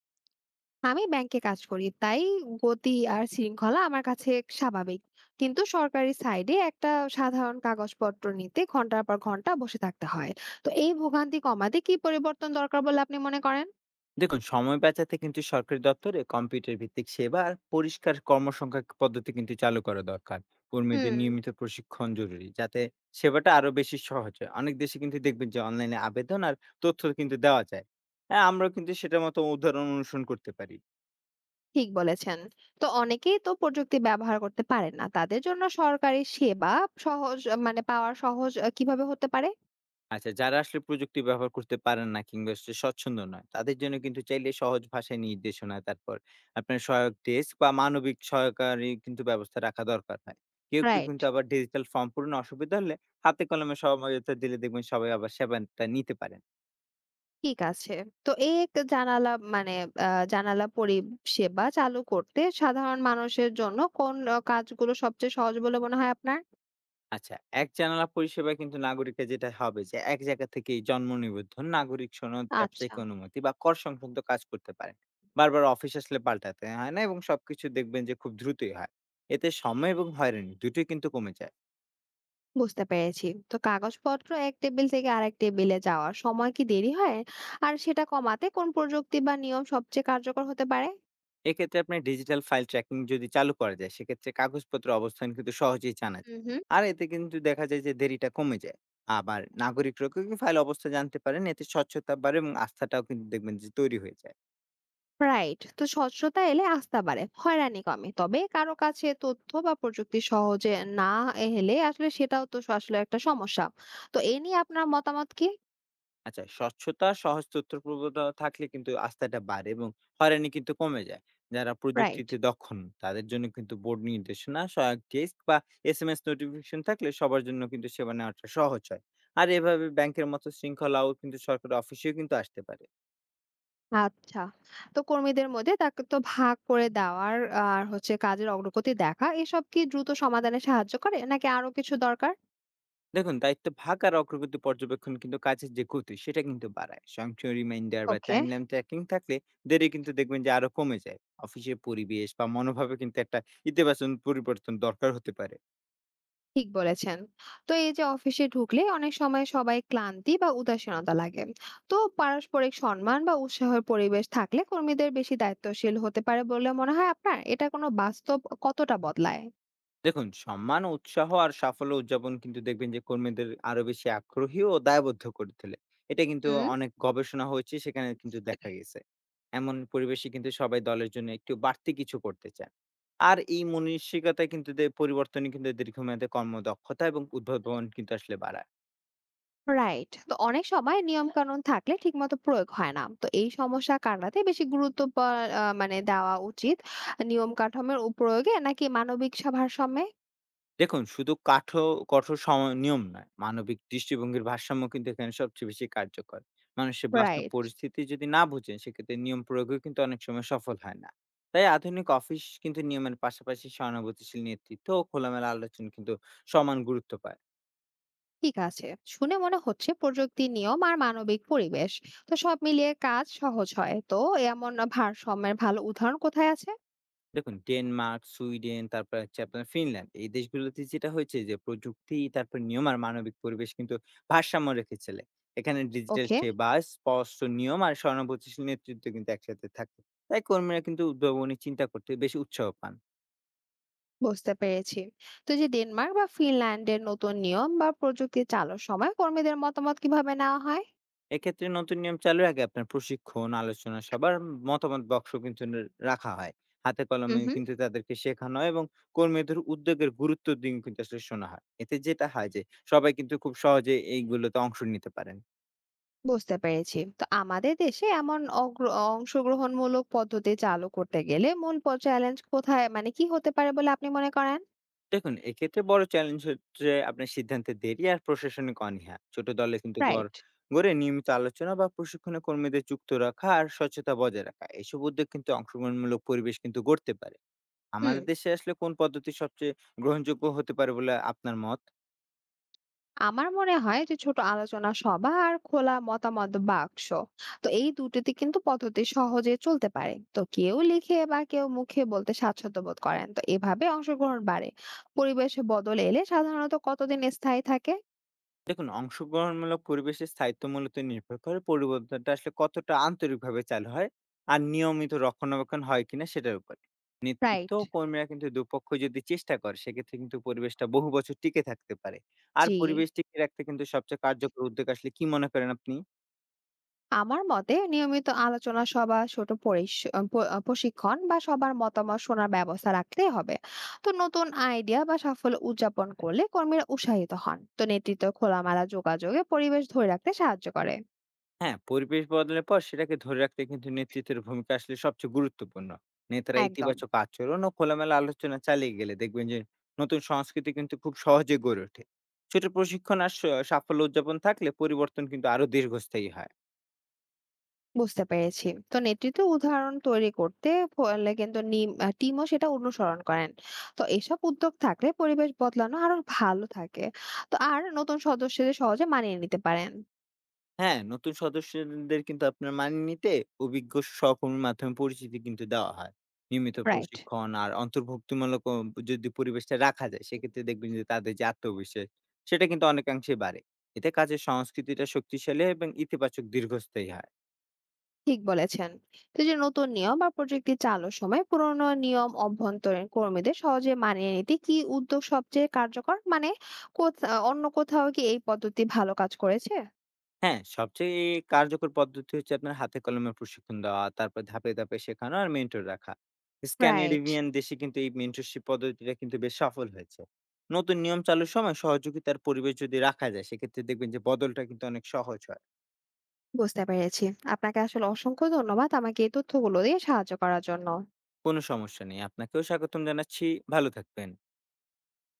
আমি ব্যাংকে কাজ করি, তাই গতি আর শৃঙ্খলা আমার কাছে স্বাভাবিক। কিন্তু সরকারি সাইডে একটা সাধারণ কাগজপত্র নিতে ঘন্টার পর ঘন্টা বসে থাকতে হয়। তো এই ভোগান্তি কমাতে কি পরিবর্তন দরকার বলে আপনি মনে করেন? দেখুন সময় বাঁচাতে কিন্তু সরকারি দপ্তরে কম্পিউটার ভিত্তিক সেবা আর পরিষ্কার কর্মসংখ্যা পদ্ধতি কিন্তু চালু করা দরকার। কর্মীদের হুম, নিয়মিত প্রশিক্ষণ জরুরি যাতে সেবাটা আরো বেশি সহজ হয়। অনেক দেশে কিন্তু দেখবেন যে অনলাইনে আবেদন আর তথ্য কিন্তু দেওয়া যায়। হ্যাঁ, আমরাও কিন্তু সেটার মতো উদাহরণ অনুসরণ করতে পারি। ঠিক বলেছেন। তো অনেকেই তো প্রযুক্তি ব্যবহার করতে পারেন না। তাদের জন্য সরকারি সেবা সহজ মানে পাওয়া সহজ কিভাবে হতে পারে? আচ্ছা, যারা আসলে প্রযুক্তি ব্যবহার করতে পারেন না কিংবা সে স্বচ্ছন্দ নয়, তাদের জন্য কিন্তু চাইলে সহজ ভাষায় নির্দেশনা, তারপর আপনার সহায়ক ডেস্ক বা মানবিক সহায়কারী কিন্তু ব্যবস্থা রাখা দরকার হয়। কেউ রাইট। কিন্তু আবার ডিজিটাল ফর্ম পূরণে অসুবিধা হলে হাতে কলমে সহযোগিতা দিলে দেখবেন সবাই আবার সেবাটা নিতে পারেন। ঠিক আছে। তো এক জানালা মানে আ জানালা পরিষেবা চালু করতে সাধারণ মানুষের জন্য কোন কাজগুলো সবচেয়ে সহজ বলে মনে হয় আপনার? আচ্ছা, এক জানালা পরিষেবা কিন্তু নাগরিকরা যেটা হবে যে এক জায়গা থেকেই জন্ম নিবন্ধন, নাগরিক সনদ, ব্যবসায়িক আচ্ছা, অনুমতি বা কর সংক্রান্ত কাজ করতে পারেন। বারবার অফিস আসলে পাল্টাতে হয় না এবং সবকিছু দেখবেন যে খুব দ্রুতই হয়। এতে সময় এবং হয়রানি দুটোই কিন্তু কমে যায়। বুঝতে পেরেছি। তো কাগজপত্র এক টেবিল থেকে আরেক টেবিলে যাওয়ার সময় কি দেরি হয়? আর সেটা কমাতে কোন প্রযুক্তি বা নিয়ম সবচেয়ে কার্যকর হতে পারে? এক্ষেত্রে আপনার ডিজিটাল ফাইল ট্র্যাকিং যদি চালু করা যায়, সেক্ষেত্রে কাগজপত্র অবস্থান কিন্তু সহজেই জানা হুম, যায়। হুম। আর এতে কিন্তু দেখা যায় যে দেরিটা কমে যায়। আবার নাগরিকরাও কিন্তু ফাইল অবস্থা জানতে পারেন। এতে স্বচ্ছতা বাড়ে এবং আস্থাটাও কিন্তু দেখবেন যে তৈরি হয়ে যায়। রাইট। তো স্বচ্ছতা এলে আস্থা বাড়ে, হয়রানি কমে। তবে কারো কাছে তথ্য বা প্রযুক্তি সহজে না এলে আসলে সেটাও তো আসলে একটা সমস্যা। তো এ নিয়ে আপনার মতামত কি? আচ্ছা, স্বচ্ছতা, সহজ তথ্যপ্রবতা থাকলে কিন্তু আস্থাটা বাড়ে এবং হয়রানি কিন্তু কমে যায়। যারা রাইট। প্রযুক্তিতে দক্ষ নন, তাদের জন্য কিন্তু বোর্ড নির্দেশনা, সহায়ক ডেস্ক বা এসএমএস নোটিফিকেশন থাকলে সবার জন্য কিন্তু সেবা নেওয়াটা সহজ হয়। আর এভাবে ব্যাংকের মতো শৃঙ্খলাও কিন্তু সরকারি অফিসেও কিন্তু আসতে পারে। আচ্ছা। তো কর্মীদের মধ্যে দায়িত্ব ভাগ করে দেওয়ার আর হচ্ছে কাজের অগ্রগতি দেখা এসব কি দ্রুত সমাধানে সাহায্য করে নাকি আরো কিছু দরকার? দেখুন, দায়িত্ব ভাগ আর অগ্রগতি পর্যবেক্ষণ কিন্তু কাজের যে গতি সেটা কিন্তু বাড়ায়। স্বয়ংক্রিয় রিমাইন্ডার বা ওকে, টাইমলাইন ট্র্যাকিং থাকলে দেরি কিন্তু দেখবেন যে আরো কমে যায়। অফিসের পরিবেশ বা মনোভাবে কিন্তু একটা ইতিবাচন পরিবর্তন দরকার হতে পারে। ঠিক বলেছেন। তো এই যে অফিসে ঢুকলে অনেক সময় সবাই ক্লান্তি বা উদাসীনতা লাগে। তো পারস্পরিক সম্মান বা উৎসাহের পরিবেশ থাকলে কর্মীদের বেশি দায়িত্বশীল হতে পারে বলে মনে হয় আপনার? এটা কোনো বাস্তব কতটা বদলায়? দেখুন, সম্মান, উৎসাহ আর সাফল্য উদযাপন কিন্তু দেখবেন যে কর্মীদের আরো বেশি আগ্রহী ও দায়বদ্ধ করে তোলে। এটা কিন্তু হুম। অনেক গবেষণা হয়েছে সেখানে কিন্তু দেখা গেছে। এমন পরিবেশে কিন্তু সবাই দলের জন্য একটু বাড়তি কিছু করতে চায়। আর এই মনসিকতায় কিন্তু পরিবর্তনই কিন্তু দীর্ঘমেয়াদে কর্মদক্ষতা এবং উদ্ভাবন কিন্তু আসলে বাড়ায়। রাইট, তো অনেক সময় নিয়ম কানুন থাকলে ঠিকমতো প্রয়োগ হয় না, তো এই সমস্যা কাটাতে বেশি গুরুত্ব মানে দেওয়া উচিত নিয়ম কাঠামোর প্রয়োগে নাকি মানবিক ভারসাম্যে? দেখুন, শুধু কাঠো কঠোর সময় নিয়ম নয়। মানবিক দৃষ্টিভঙ্গির ভারসাম্য কিন্তু এখানে সবচেয়ে বেশি কার্যকর। মানুষের বাস্তব রাইট। পরিস্থিতি যদি না বুঝেন, সেক্ষেত্রে নিয়ম প্রয়োগও কিন্তু অনেক সময় সফল হয় না। তাই আধুনিক অফিস কিন্তু নিয়মের পাশাপাশি সহানুভূতিশীল নেতৃত্ব ও খোলামেলা আলোচনা কিন্তু সমান গুরুত্ব পায়। ঠিক আছে। শুনে মনে হচ্ছে প্রযুক্তি, নিয়ম আর মানবিক পরিবেশ, তো সব মিলিয়ে কাজ সহজ হয়। তো এমন ভারসাম্যের ভালো উদাহরণ কোথায় আছে? দেখুন, ডেনমার্ক, সুইডেন, তারপরে হচ্ছে আপনার ফিনল্যান্ড। এই দেশগুলোতে যেটা হয়েছে যে প্রযুক্তি, তারপর নিয়ম আর মানবিক পরিবেশ কিন্তু ভারসাম্য রেখেছিল। এখানে ডিজিটাল ওকে। সেবা, স্পষ্ট নিয়ম আর সহানুভূতিশীল নেতৃত্ব কিন্তু একসাথে থাকে। তাই কর্মীরা কিন্তু উদ্ভাবনী চিন্তা করতে বেশি উৎসাহ পান। বুঝতে পেরেছি। তো এই যে ডেনমার্ক বা ফিনল্যান্ডের নতুন নিয়ম বা প্রযুক্তি চালুর সময় কর্মীদের মতামত কিভাবে নেওয়া হয়? এক্ষেত্রে নতুন নিয়ম চালুর আগে আপনার প্রশিক্ষণ, আলোচনা সবার মতামত বক্স কিন্তু রাখা হয়। হাতে কলমে হুম। কিন্তু তাদেরকে শেখানো হয় এবং কর্মীদের উদ্যোগের গুরুত্ব দিন কিন্তু আসলে শোনা হয়। এতে যেটা হয় যে সবাই কিন্তু খুব সহজে এইগুলোতে অংশ নিতে পারেন। বুঝতে পেরেছি। তো আমাদের দেশে এমন অংশগ্রহণমূলক পদ্ধতি চালু করতে গেলে মূল চ্যালেঞ্জ কোথায়, মানে কি হতে পারে বলে আপনি মনে করেন? দেখুন, এক্ষেত্রে বড় চ্যালেঞ্জ হচ্ছে আপনার সিদ্ধান্তে দেরি আর প্রশাসনিক অনীহা। ছোট দলে কিন্তু রাইট। গড়ে নিয়মিত আলোচনা বা প্রশিক্ষণে কর্মীদের যুক্ত রাখা আর স্বচ্ছতা বজায় রাখা। এসব উদ্যোগ কিন্তু অংশগ্রহণমূলক পরিবেশ কিন্তু গড়তে পারে। হুম। আমাদের দেশে আসলে কোন পদ্ধতি সবচেয়ে গ্রহণযোগ্য হতে পারে বলে আপনার মত? আমার মনে হয় যে ছোট আলোচনা সভা আর খোলা মতামত বাক্স। তো এই দুটিতে কিন্তু পদ্ধতি সহজে চলতে পারে। তো কেউ লিখে বা কেউ মুখে বলতে স্বাচ্ছন্দ্য বোধ করেন। তো এভাবে অংশগ্রহণ বাড়ে। পরিবেশে বদল এলে সাধারণত কতদিন স্থায়ী থাকে? দেখুন, অংশগ্রহণমূলক পরিবেশে স্থায়িত্ব মূলত নির্ভর করে পরিবর্তনটা আসলে কতটা আন্তরিকভাবে চালু হয় আর নিয়মিত রক্ষণাবেক্ষণ হয় কিনা সেটার উপরে। নেতৃত্ব রাইট। ও কর্মীরা কিন্তু দুপক্ষ যদি চেষ্টা করে সেক্ষেত্রে কিন্তু পরিবেশটা বহু বছর টিকে থাকতে পারে। আর জি। পরিবেশ টিকিয়ে রাখতে কিন্তু সবচেয়ে কার্যকর উদ্যোগ আসলে কি মনে করেন আপনি? আমার মতে নিয়মিত আলোচনা সভা, ছোট প্রশিক্ষণ বা সবার মতামত শোনার ব্যবস্থা রাখতে হবে। তো নতুন আইডিয়া বা সাফল্য উদযাপন করলে কর্মীরা উৎসাহিত হন। তো নেতৃত্ব খোলামেলা যোগাযোগে পরিবেশ ধরে রাখতে সাহায্য করে। হ্যাঁ, পরিবেশ বদলের পর সেটাকে ধরে রাখতে কিন্তু নেতৃত্বের ভূমিকা আসলে সবচেয়ে গুরুত্বপূর্ণ। নেতারা একদম। ইতিবাচক আচরণ ও খোলামেলা আলোচনা চালিয়ে গেলে দেখবেন যে নতুন সংস্কৃতি কিন্তু খুব সহজে গড়ে ওঠে। ছোট প্রশিক্ষণ আর সাফল্য উদযাপন থাকলে পরিবর্তন কিন্তু আরো দীর্ঘস্থায়ী হয়। বুঝতে পেরেছি। তো নেতৃত্ব উদাহরণ তৈরি করতে, ফলে কিন্তু টিমও সেটা অনুসরণ করেন। তো এসব উদ্যোগ থাকলে পরিবেশ বদলানো আরো ভালো থাকে। তো আর নতুন সদস্যদের সহজে মানিয়ে নিতে পারেন। হ্যাঁ, নতুন সদস্যদের কিন্তু আপনার মানিয়ে নিতে অভিজ্ঞ সহকর্মীর মাধ্যমে পরিচিতি কিন্তু দেওয়া হয়। নিয়মিত রাইট। প্রশিক্ষণ আর অন্তর্ভুক্তিমূলক ও যদি পরিবেশটা রাখা যায়, সেক্ষেত্রে দেখবেন যে তাদের যে আত্মবিশ্বাস, সেটা কিন্তু অনেকাংশেই বাড়ে। এতে কাজের সংস্কৃতিটা শক্তিশালী হয় এবং ইতিবাচক দীর্ঘস্থায়ী হয়। ঠিক বলেছেন। তো এই যে নতুন নিয়ম বা প্রযুক্তি চালুর সময় পুরনো নিয়ম অভ্যন্তরীণ কর্মীদের সহজে মানিয়ে নিতে কি উদ্যোগ সবচেয়ে কার্যকর, মানে কোথা অন্য কোথাও কি এই পদ্ধতি ভালো কাজ করেছে? হ্যাঁ, সবচেয়ে কার্যকর পদ্ধতি হচ্ছে আপনার হাতে কলমে প্রশিক্ষণ দেওয়া, তারপর ধাপে, ধাপে শেখানো আর মেন্টর রাখা। রাইট। স্ক্যান্ডিনেভিয়ান দেশে কিন্তু এই মেন্টরশিপ পদ্ধতিটা কিন্তু বেশ সফল হয়েছে। নতুন নিয়ম চালুর সময় সহযোগিতার পরিবেশ যদি রাখা যায়, সেক্ষেত্রে দেখবেন যে বদলটা কিন্তু অনেক সহজ হয়। বুঝতে পেরেছি। আপনাকে আসলে অসংখ্য ধন্যবাদ আমাকে এই তথ্যগুলো দিয়ে সাহায্য করার জন্য। কোনো সমস্যা নেই। আপনাকেও স্বাগতম জানাচ্ছি। ভালো থাকবেন।